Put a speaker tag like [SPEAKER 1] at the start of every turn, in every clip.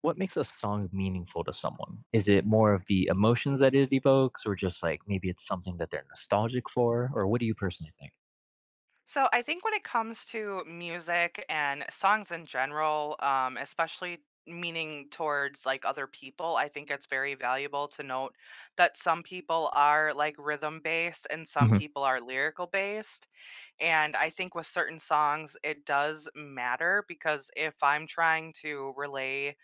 [SPEAKER 1] What makes a song meaningful to someone? Is it more of the emotions that it evokes or just like maybe it's something that they're nostalgic for? Or what do you personally think?
[SPEAKER 2] So I think when it comes to music and songs in general, especially meaning towards like other people, I think it's very valuable to note that some people are like rhythm based and some
[SPEAKER 1] Mhm.
[SPEAKER 2] people are lyrical based. And I think with certain songs, it does matter because if I'm trying to relay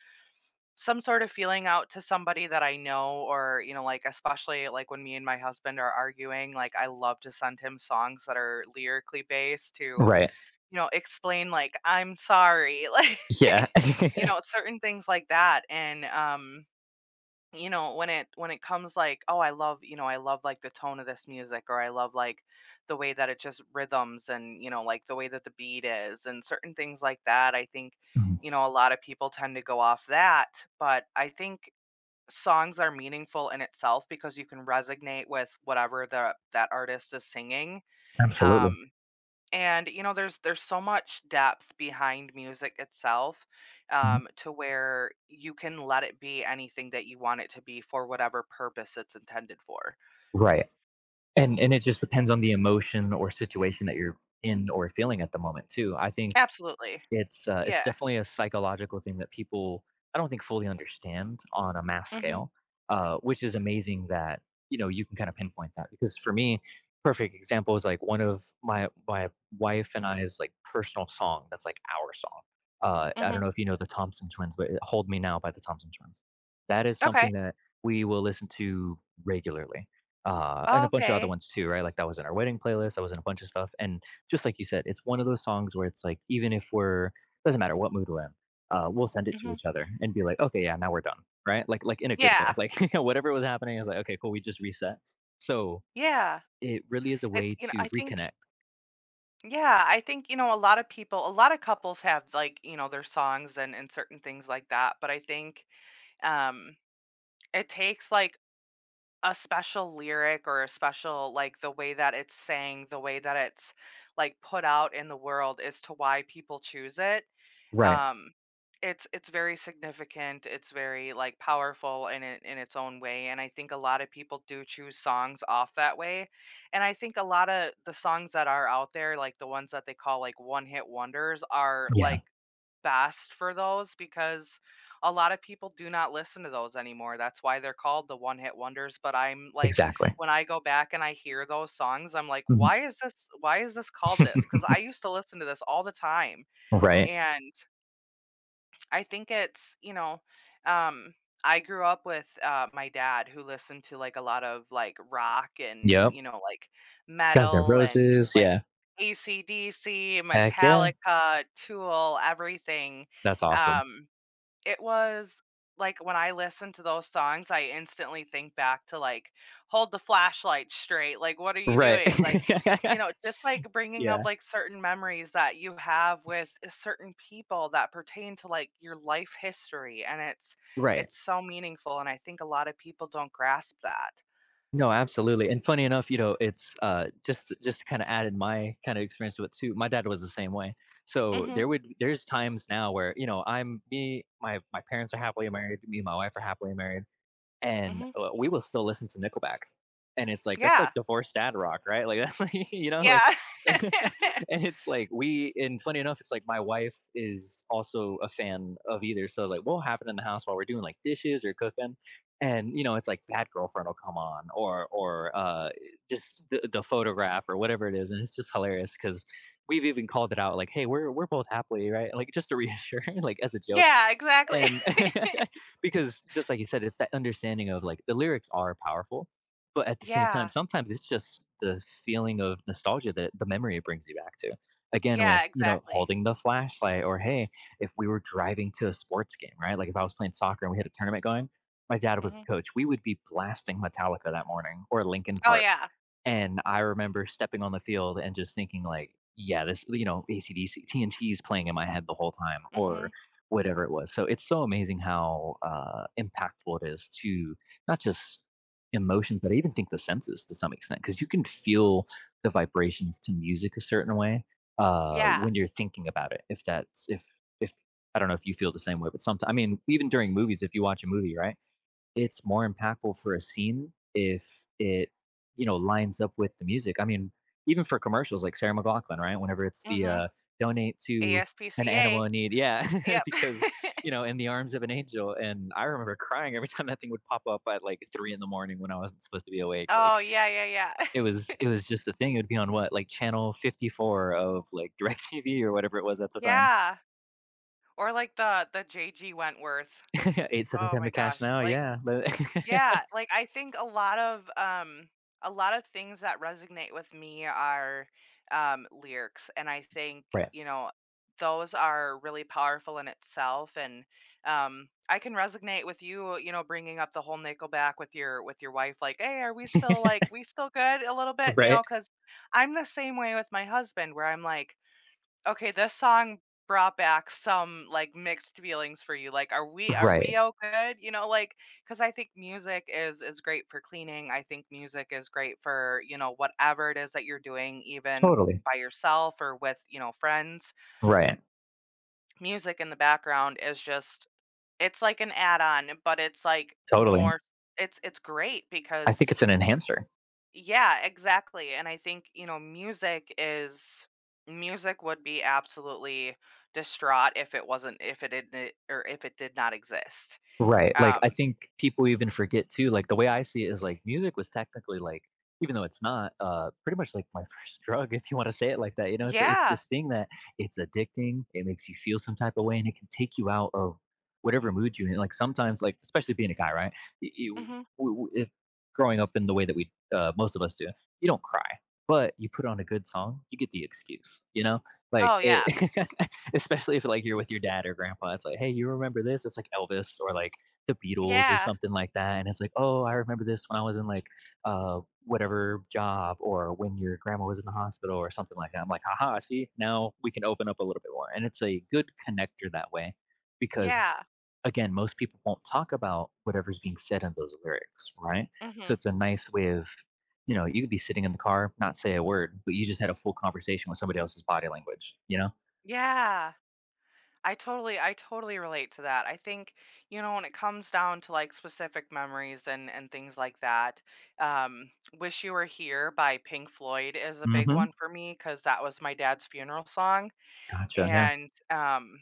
[SPEAKER 2] some sort of feeling out to somebody that I know, or, you know, like especially like when me and my husband are arguing, like I love to send him songs that are lyrically based to
[SPEAKER 1] Right.
[SPEAKER 2] you know, explain like, "I'm sorry," like,
[SPEAKER 1] Yeah.
[SPEAKER 2] you know, certain things like that, and you know, when it comes like, "Oh, I love," you know, "I love, like, the tone of this music," or, "I love, like, the way that it just rhythms and," you know, like, "the way that the beat is," and certain things like that, I think,
[SPEAKER 1] Mhm.
[SPEAKER 2] you know, a lot of people tend to go off that, but I think songs are meaningful in itself because you can resonate with whatever the that artist is singing,
[SPEAKER 1] Absolutely.
[SPEAKER 2] um and, you know, there's so much depth behind music itself,
[SPEAKER 1] Mhm.
[SPEAKER 2] to where you can let it be anything that you want it to be for whatever purpose it's intended for.
[SPEAKER 1] Right. And it just depends on the emotion or situation that you're in or feeling at the moment too. I think
[SPEAKER 2] Absolutely.
[SPEAKER 1] it's, it's
[SPEAKER 2] Yeah.
[SPEAKER 1] definitely a psychological thing that people, I don't think fully understand on a mass
[SPEAKER 2] Mhm.
[SPEAKER 1] scale, which is amazing that, you know, you can kind of pinpoint that because for me, perfect example is like one of my wife and I's like personal song that's like our song. I
[SPEAKER 2] Mhm.
[SPEAKER 1] don't know if you know the Thompson Twins, but "Hold Me Now" by the Thompson Twins. That is
[SPEAKER 2] Okay.
[SPEAKER 1] something that we will listen to regularly, and a bunch of other
[SPEAKER 2] Okay.
[SPEAKER 1] ones too, right? Like that was in our wedding playlist. That was in a bunch of stuff, and just like you said, it's one of those songs where it's like, even if we're doesn't matter what mood we're in, we'll send it to
[SPEAKER 2] Mhm.
[SPEAKER 1] each other and be like, "Okay, yeah, now we're done." Right? Like in a good
[SPEAKER 2] Yeah.
[SPEAKER 1] way. Like, you know, whatever was happening, I was like, "Okay, cool, we just reset." So,
[SPEAKER 2] Yeah.
[SPEAKER 1] it really is a
[SPEAKER 2] It's
[SPEAKER 1] way
[SPEAKER 2] you know,
[SPEAKER 1] to
[SPEAKER 2] I
[SPEAKER 1] reconnect.
[SPEAKER 2] think yeah, I think, you know, a lot of people a lot of couples have, like, you know, their songs and certain things like that, but I think, um, it takes, like, a special lyric or a special like the way that it's sang, the way that it's like put out in the world as to why people choose it.
[SPEAKER 1] Right.
[SPEAKER 2] Um, it's very significant, it's very, like, powerful in it in its own way, and I think a lot of people do choose songs off that way, and I think a lot of the songs that are out there, like, the ones that they call, like, one-hit wonders are,
[SPEAKER 1] Yeah,
[SPEAKER 2] like, best for those because a lot of people do not listen to those anymore, that's why they're called the one-hit wonders, but I'm like,
[SPEAKER 1] exactly.
[SPEAKER 2] when I go back and I hear those songs, I'm like, "Why is this called this? Because I used to listen to this all the time,
[SPEAKER 1] Right.
[SPEAKER 2] and I think it's, you know, um, I grew up with my dad who listened to like a lot of like rock and,
[SPEAKER 1] Yep.
[SPEAKER 2] you know, like
[SPEAKER 1] Guns N'
[SPEAKER 2] metal and
[SPEAKER 1] Roses.
[SPEAKER 2] like
[SPEAKER 1] Yeah.
[SPEAKER 2] AC/DC,
[SPEAKER 1] Heck yeah.
[SPEAKER 2] Metallica, Tool, everything.
[SPEAKER 1] That's awesome.
[SPEAKER 2] Um, it was like, when I listen to those songs, I instantly think back to, like, "Hold the flashlight straight," like, "What are you
[SPEAKER 1] Right.
[SPEAKER 2] doing?" Like, you know, just, like, bringing up,
[SPEAKER 1] Yeah.
[SPEAKER 2] like, certain memories that you have with certain people that pertain to, like, your life history, and it's
[SPEAKER 1] Right.
[SPEAKER 2] it's so meaningful, and I think a lot of people don't grasp that.
[SPEAKER 1] No, absolutely, and funny enough, you know, it's, just kinda added my kind of experience to it too, my dad was the same way. So,
[SPEAKER 2] Mhm,
[SPEAKER 1] there's times now where, you know, I'm me my my parents are happily married, me and my wife are happily married, and,
[SPEAKER 2] mhm.
[SPEAKER 1] we will still listen to Nickelback. And it's like, that's
[SPEAKER 2] Yeah,
[SPEAKER 1] like divorced dad rock, right? Like, that's like, you know, like
[SPEAKER 2] yeah.
[SPEAKER 1] and it's like we and funny enough, it's like my wife is also a fan of either. So, like, what will happen in the house while we're doing like dishes or cooking? And, you know, it's like Bad Girlfriend will come on or just the photograph or whatever it is, and it's just hilarious because 'cause we've even called it out like, "Hey, we're both happily," right? Like, just to reassure, like, as a joke.
[SPEAKER 2] Yeah, exactly.
[SPEAKER 1] And because just like you said, it's that understanding of, like, the lyrics are powerful, but at the same time,
[SPEAKER 2] Yeah,
[SPEAKER 1] sometimes it's just the feeling of nostalgia that the memory it brings you back to. Again,
[SPEAKER 2] yeah,
[SPEAKER 1] with, you know,
[SPEAKER 2] exactly.
[SPEAKER 1] holding the flashlight or, hey, if we were driving to a sports game, right? Like, if I was playing soccer and we had a tournament going, my dad was
[SPEAKER 2] Mhm.
[SPEAKER 1] the coach, we would be blasting Metallica that morning or Linkin
[SPEAKER 2] Oh,
[SPEAKER 1] Park.
[SPEAKER 2] yeah.
[SPEAKER 1] And I remember stepping on the field and just thinking like, yeah, this, you know, AC/DC, TNT is playing in my head the whole time, or
[SPEAKER 2] Mhm.
[SPEAKER 1] whatever it was. So it's so amazing how impactful it is to not just emotions, but I even think the senses to some extent, because you can feel the vibrations to music a certain way
[SPEAKER 2] Yeah.
[SPEAKER 1] when you're thinking about it. If that's if I don't know if you feel the same way, but sometimes I mean, even during movies, if you watch a movie, right? It's more impactful for a scene if it lines up with the music. I mean, even for commercials like Sarah McLachlan, right? Whenever it's the
[SPEAKER 2] Mhm.
[SPEAKER 1] donate to an
[SPEAKER 2] ASPCA.
[SPEAKER 1] animal in need. Yeah,
[SPEAKER 2] Yep.
[SPEAKER 1] because, you know, in the arms of an angel. And I remember crying every time that thing would pop up at like 3 in the morning when I wasn't supposed to be awake. Like
[SPEAKER 2] Oh, yeah, yeah, yeah.
[SPEAKER 1] it was it was just a thing. It would be on what, like channel 54 of like DirecTV or whatever it was at the time.
[SPEAKER 2] Yeah, or like the JG Wentworth.
[SPEAKER 1] Eight seven
[SPEAKER 2] Oh
[SPEAKER 1] seven
[SPEAKER 2] my
[SPEAKER 1] cash
[SPEAKER 2] gosh,
[SPEAKER 1] now,
[SPEAKER 2] like
[SPEAKER 1] yeah. But
[SPEAKER 2] Yeah, like I think a lot of things that resonate with me are lyrics and I think,
[SPEAKER 1] right.
[SPEAKER 2] you know, those are really powerful in itself and I can resonate with you, you know, bringing up the whole Nickelback with your wife like, "Hey, are we still like we still good?" a little bit, you know,
[SPEAKER 1] right.
[SPEAKER 2] cuz I'm the same way with my husband where I'm like Okay, this song brought back some, like, mixed feelings for you, like, are we
[SPEAKER 1] Right.
[SPEAKER 2] all good? You know, like because I think music is great for cleaning, I think music is great for, you know, whatever it is that you're doing even w
[SPEAKER 1] Totally.
[SPEAKER 2] by yourself or with, you know, friends.
[SPEAKER 1] Right.
[SPEAKER 2] Music in the background is just it's like an add-on, but it's, like,
[SPEAKER 1] Totally.
[SPEAKER 2] more it's great
[SPEAKER 1] I think
[SPEAKER 2] because
[SPEAKER 1] it's an enhancer.
[SPEAKER 2] yeah, exactly. And I think, you know, music is music would be absolutely distraught if it wasn't if it didn't or if it did not exist.
[SPEAKER 1] Right. Like
[SPEAKER 2] Um
[SPEAKER 1] I think people even forget too, like the way I see it is like music was technically like even though it's not pretty much like my first drug if you want to say it like that. You know, it's like it's
[SPEAKER 2] yeah.
[SPEAKER 1] this thing that it's addicting, it makes you feel some type of way and it can take you out of whatever mood you're in. Like sometimes like especially being a guy, right? You,
[SPEAKER 2] Mhm.
[SPEAKER 1] if growing up in the way that we most of us do, you don't cry. But you put on a good song, you get the excuse, you know? Like
[SPEAKER 2] Oh yeah.
[SPEAKER 1] it especially if like you're with your dad or grandpa, it's like, "Hey, you remember this?" It's like Elvis or like The Beatles or
[SPEAKER 2] Yeah.
[SPEAKER 1] something like that, and it's like, "Oh, I remember this when I was in like, whatever job or when your grandma was in the hospital or something like that." I'm like, "Haha, see? Now we can open up a little bit more." And it's a good connector that way because
[SPEAKER 2] Yeah.
[SPEAKER 1] again, most people won't talk about whatever's being said in those lyrics, right?
[SPEAKER 2] Mhm.
[SPEAKER 1] So it's a nice way of you could be sitting in the car, not say a word, but you just had a full conversation with somebody else's body language, you know?
[SPEAKER 2] Yeah. I totally relate to that. I think, you know, when it comes down to like specific memories and things like that, Wish You Were Here by Pink Floyd is a big
[SPEAKER 1] Mm-hmm.
[SPEAKER 2] one for me cuz that was my dad's funeral song.
[SPEAKER 1] Gotcha. Yeah.
[SPEAKER 2] And,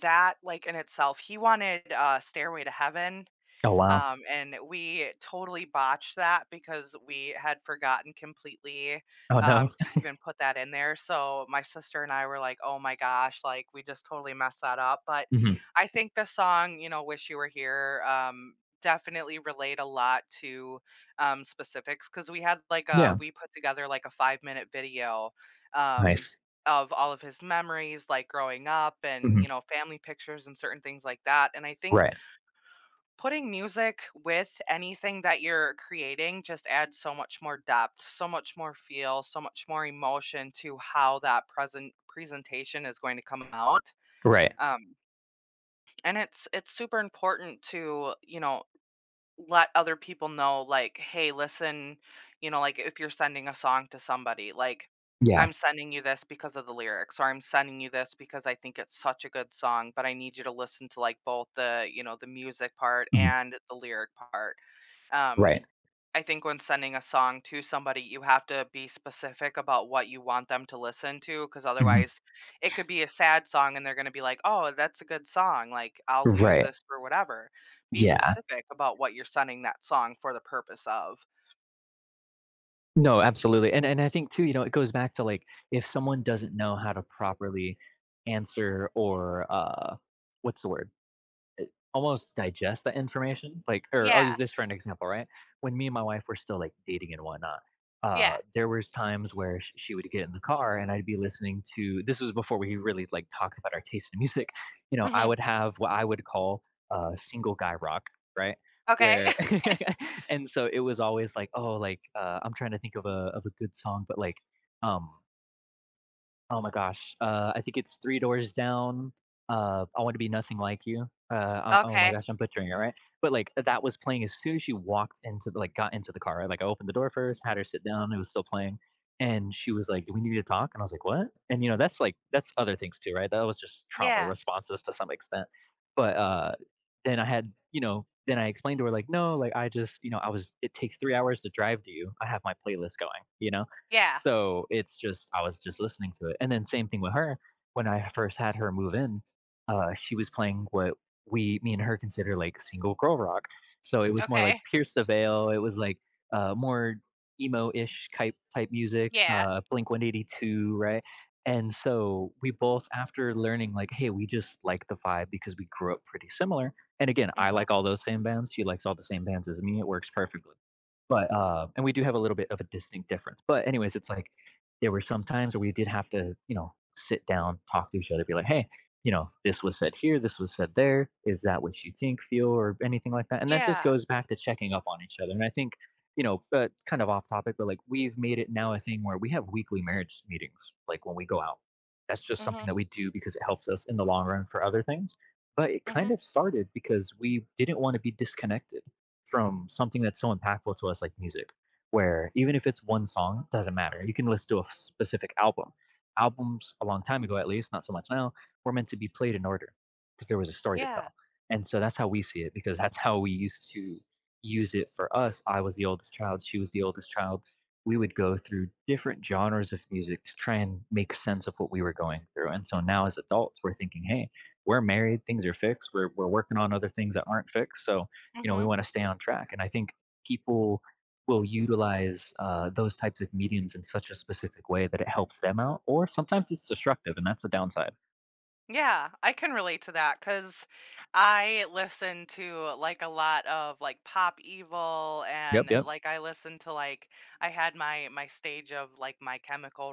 [SPEAKER 2] that, like, in itself he wanted, Stairway to Heaven,
[SPEAKER 1] Oh, wow.
[SPEAKER 2] And we totally botched that because we had forgotten completely
[SPEAKER 1] Oh, no.
[SPEAKER 2] to even put that in there. So my sister and I were like, oh my gosh, like we just totally messed that up. But
[SPEAKER 1] Hmm.
[SPEAKER 2] I think the song, you know, Wish You Were Here, definitely relate a lot to specifics because we had like
[SPEAKER 1] Yeah.
[SPEAKER 2] we put together like a 5 minute video. Um,
[SPEAKER 1] Nice.
[SPEAKER 2] of all of his memories like growing up and
[SPEAKER 1] Hmm.
[SPEAKER 2] you know family pictures and certain things like that and I think
[SPEAKER 1] Right.
[SPEAKER 2] putting music with anything that you're creating just adds so much more depth, so much more feel, so much more emotion to how that presentation is going to come out.
[SPEAKER 1] Right.
[SPEAKER 2] Um, and it's super important to, you know, let other people know like, "Hey, listen," you know, like if you're sending a song to somebody, like,
[SPEAKER 1] Yeah.
[SPEAKER 2] "I'm sending you this because of the lyrics," or "I'm sending you this because I think it's such a good song, but I need you to listen to like both the, you know, the music part
[SPEAKER 1] Hmm.
[SPEAKER 2] and the lyric part." Um,
[SPEAKER 1] Right.
[SPEAKER 2] I think when sending a song to somebody, you have to be specific about what you want them to listen to, because
[SPEAKER 1] Hmm.
[SPEAKER 2] otherwise it could be a sad song and they're gonna be like, "Oh, that's a good song, like, I'll use
[SPEAKER 1] Right.
[SPEAKER 2] this for whatever." Be
[SPEAKER 1] Yeah.
[SPEAKER 2] specific about what you're sending that song for the purpose of.
[SPEAKER 1] No, absolutely. And I think too, you know, it goes back to like, if someone doesn't know how to properly answer or, what's the word? Almost digest that information, like or I'll
[SPEAKER 2] Yeah,
[SPEAKER 1] use this for an example, right? When me and my wife were still like dating and whatnot,
[SPEAKER 2] yeah.
[SPEAKER 1] there was times where she would get in the car and I'd be listening to. This was before we really like talked about our taste in music. You know, I
[SPEAKER 2] Mhm.
[SPEAKER 1] would have what I would call single guy rock, right?
[SPEAKER 2] Okay.
[SPEAKER 1] Where and so it was always like, oh, like I'm trying to think of a good song, but like, um, oh my gosh, I think it's 3 Doors Down, "I Want to Be Nothing Like You," oh my
[SPEAKER 2] Okay.
[SPEAKER 1] gosh, I'm butchering it, right? But, like, that was playing as soon as she walked got into the car, right? Like, I opened the door first, had her sit down, it was still playing, and she was like, "Do we need to talk?" And I was like, "What?" And, you know, that's other things too, right? That was just trauma
[SPEAKER 2] Yeah,
[SPEAKER 1] responses to some extent, but, then I had you know, then I explained to her like, "No, like, I just you know, I was it takes 3 hours to drive to you, I have my playlist going," you know?
[SPEAKER 2] yeah.
[SPEAKER 1] So, it's just I was just listening to it, and then same thing with her. When I first had her move in, she was playing what we, me and her, consider, like, single girl rock. So, it was more like
[SPEAKER 2] Okay.
[SPEAKER 1] Pierce the Veil, it was, like, more emo-ish type music,
[SPEAKER 2] Yeah.
[SPEAKER 1] Blink-182, right? And so, we both after learning, like, "Hey, we just like the vibe because we grew up pretty similar," and again, I
[SPEAKER 2] Mhm.
[SPEAKER 1] like all those same bands, she likes all the same bands as me, it works perfectly. But, and we do have a little bit of a distinct difference, but anyways, it's like, there were some times where we did have to sit down, talk to each other, be like, "Hey, this was said here, this was said there. Is that what you think, feel, or anything like that?" And that just
[SPEAKER 2] Yeah.
[SPEAKER 1] goes back to checking up on each other, and I think, kind of off topic, but, like, we've made it now a thing where we have weekly marriage meetings, like, when we go out. That's just something
[SPEAKER 2] Mhm,
[SPEAKER 1] that we do because it helps us in the long run for other things, but it kind
[SPEAKER 2] mhm.
[SPEAKER 1] of started because we didn't wanna be disconnected from something that's so impactful to us like music, where even if it's one song, it doesn't matter. You can listen to a specific album. Albums a long time ago, at least not so much now, were meant to be played in order because there was a story to
[SPEAKER 2] Yeah.
[SPEAKER 1] tell. And so that's how we see it because that's how we used to use it for us. I was the oldest child, she was the oldest child. We would go through different genres of music to try and make sense of what we were going through. And so now as adults, we're thinking, hey, we're married, things are fixed, we're working on other things that aren't fixed, so we
[SPEAKER 2] Mhm.
[SPEAKER 1] want to stay on track. And I think people will utilize those types of mediums in such a specific way that it helps them out, or sometimes it's destructive, and that's the downside.
[SPEAKER 2] Yeah, I can relate to that because I listen to like a lot of like Pop Evil
[SPEAKER 1] Yep,
[SPEAKER 2] and
[SPEAKER 1] yep.
[SPEAKER 2] like I listen to like I had my stage of like My Chemical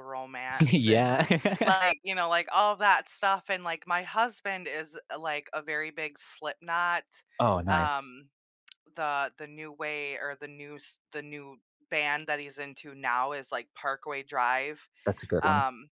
[SPEAKER 2] Romance and
[SPEAKER 1] Yeah.
[SPEAKER 2] like you know like all of that stuff and like my husband is like a very big Slipknot,
[SPEAKER 1] Oh, nice.
[SPEAKER 2] um the new way or the new s- the new band that he's into now is like Parkway Drive.
[SPEAKER 1] That's a good one.
[SPEAKER 2] Um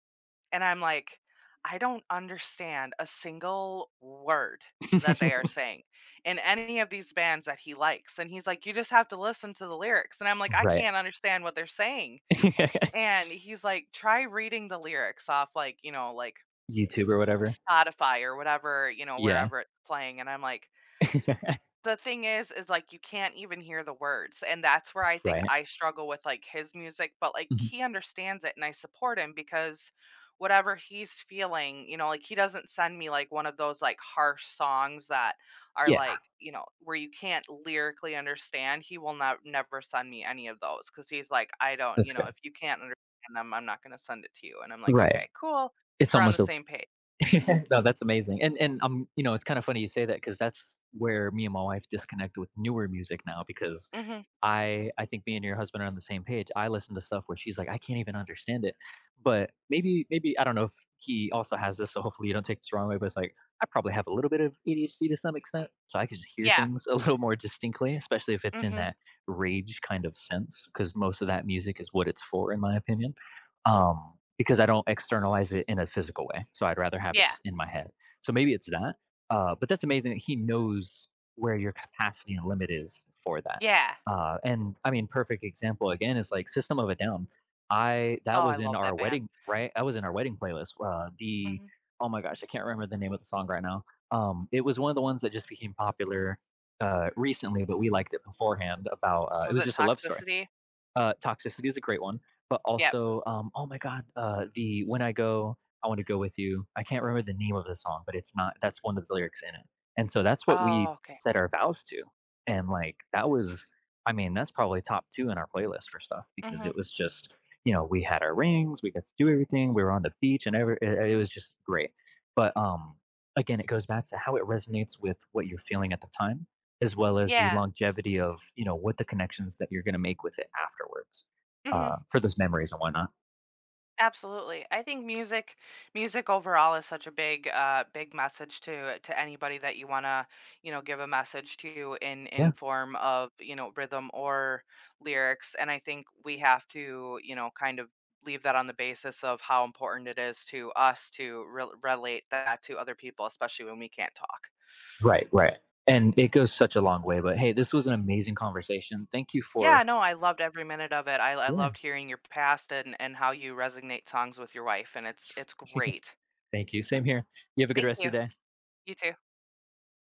[SPEAKER 2] and I'm like, I don't understand a single word that they are saying in any of these bands that he likes. And he's like, You just have to listen to the lyrics. And I'm like, I
[SPEAKER 1] Right.
[SPEAKER 2] can't understand what they're saying. And he's like, Try reading the lyrics off, like, you know, like
[SPEAKER 1] YouTube or whatever.
[SPEAKER 2] Spotify or whatever, you know,
[SPEAKER 1] Yeah.
[SPEAKER 2] wherever it's playing. And I'm like, the thing is, like, you can't even hear the words, and that's where I think
[SPEAKER 1] Right.
[SPEAKER 2] I struggle with, like, his music, but, like,
[SPEAKER 1] Mhm.
[SPEAKER 2] he understands it, and I support him because whatever he's feeling, you know, like, he doesn't send me, like, one of those, like, harsh songs that are,
[SPEAKER 1] Yeah,
[SPEAKER 2] like, you know, where you can't lyrically understand. He will not never send me any of those because he's like, "I don't
[SPEAKER 1] that's
[SPEAKER 2] you know,
[SPEAKER 1] good.
[SPEAKER 2] if you can't understand them, I'm not gonna send it to you," and I'm like,
[SPEAKER 1] Right.
[SPEAKER 2] "Okay, cool.
[SPEAKER 1] It's
[SPEAKER 2] We're on the
[SPEAKER 1] almost a.
[SPEAKER 2] same page."
[SPEAKER 1] No, that's amazing. And I'm you know it's kind of funny you say that because that's where me and my wife disconnect with newer music now because
[SPEAKER 2] Mhm.
[SPEAKER 1] I think me and your husband are on the same page. I listen to stuff where she's like, "I can't even understand it." But maybe I don't know if he also has this, so hopefully you don't take this the wrong way, but it's like, I probably have a little bit of ADHD to some extent, so I can just hear
[SPEAKER 2] Yeah.
[SPEAKER 1] things a little more distinctly, especially if it's in
[SPEAKER 2] Mhm.
[SPEAKER 1] that rage kind of sense, because most of that music is what it's for, in my opinion. Because I don't externalize it in a physical way, so I'd rather have it
[SPEAKER 2] Yeah.
[SPEAKER 1] just in my head. So maybe it's that, but that's amazing that he knows where your capacity and limit is for that.
[SPEAKER 2] Yeah.
[SPEAKER 1] And I mean, perfect example again is like System of a Down. I
[SPEAKER 2] Oh,
[SPEAKER 1] That
[SPEAKER 2] I
[SPEAKER 1] was in
[SPEAKER 2] love
[SPEAKER 1] our
[SPEAKER 2] that band.
[SPEAKER 1] wedding, right? That was in our wedding playlist. The
[SPEAKER 2] Mhm.
[SPEAKER 1] oh my gosh, I can't remember the name of the song right now. It was one of the ones that just became popular recently, but we liked it beforehand. About it
[SPEAKER 2] Was
[SPEAKER 1] was
[SPEAKER 2] it
[SPEAKER 1] just a love story,
[SPEAKER 2] toxicity?
[SPEAKER 1] Toxicity is a great one, but
[SPEAKER 2] Yep.
[SPEAKER 1] also, oh my god, the When I Go, I Wanna Go With You. I can't remember the name of the song, but it's not that's one of the lyrics in it. And so that's what
[SPEAKER 2] Oh,
[SPEAKER 1] we
[SPEAKER 2] okay.
[SPEAKER 1] set our vows to, and, like, that was I mean, that's probably top 2 in our playlist for stuff because
[SPEAKER 2] Mhm.
[SPEAKER 1] it was just we had our rings, we got to do everything, we were on the beach and every it it was just great. But, again, it goes back to how it resonates with what you're feeling at the time as well as the
[SPEAKER 2] Yeah.
[SPEAKER 1] longevity of what the connections that you're going to make with it afterwards
[SPEAKER 2] Mhm.
[SPEAKER 1] for those memories and whatnot.
[SPEAKER 2] Absolutely. I think music overall is such a big, big message to anybody that you wanna, you know, give a message to in
[SPEAKER 1] Yeah.
[SPEAKER 2] form of, you know, rhythm or lyrics, and I think we have to, you know, kind of leave that on the basis of how important it is to us to relate that to other people, especially when we can't talk.
[SPEAKER 1] Right, right. And it goes such a long way. But hey, this was an amazing conversation. Thank you
[SPEAKER 2] Yeah,
[SPEAKER 1] for
[SPEAKER 2] no, I loved every minute of it. I
[SPEAKER 1] Yeah,
[SPEAKER 2] loved hearing your past and how you resonate songs with your wife, and it's great.
[SPEAKER 1] thank you. Same here. You have a good
[SPEAKER 2] Thank
[SPEAKER 1] rest
[SPEAKER 2] you.
[SPEAKER 1] of your day.
[SPEAKER 2] You too.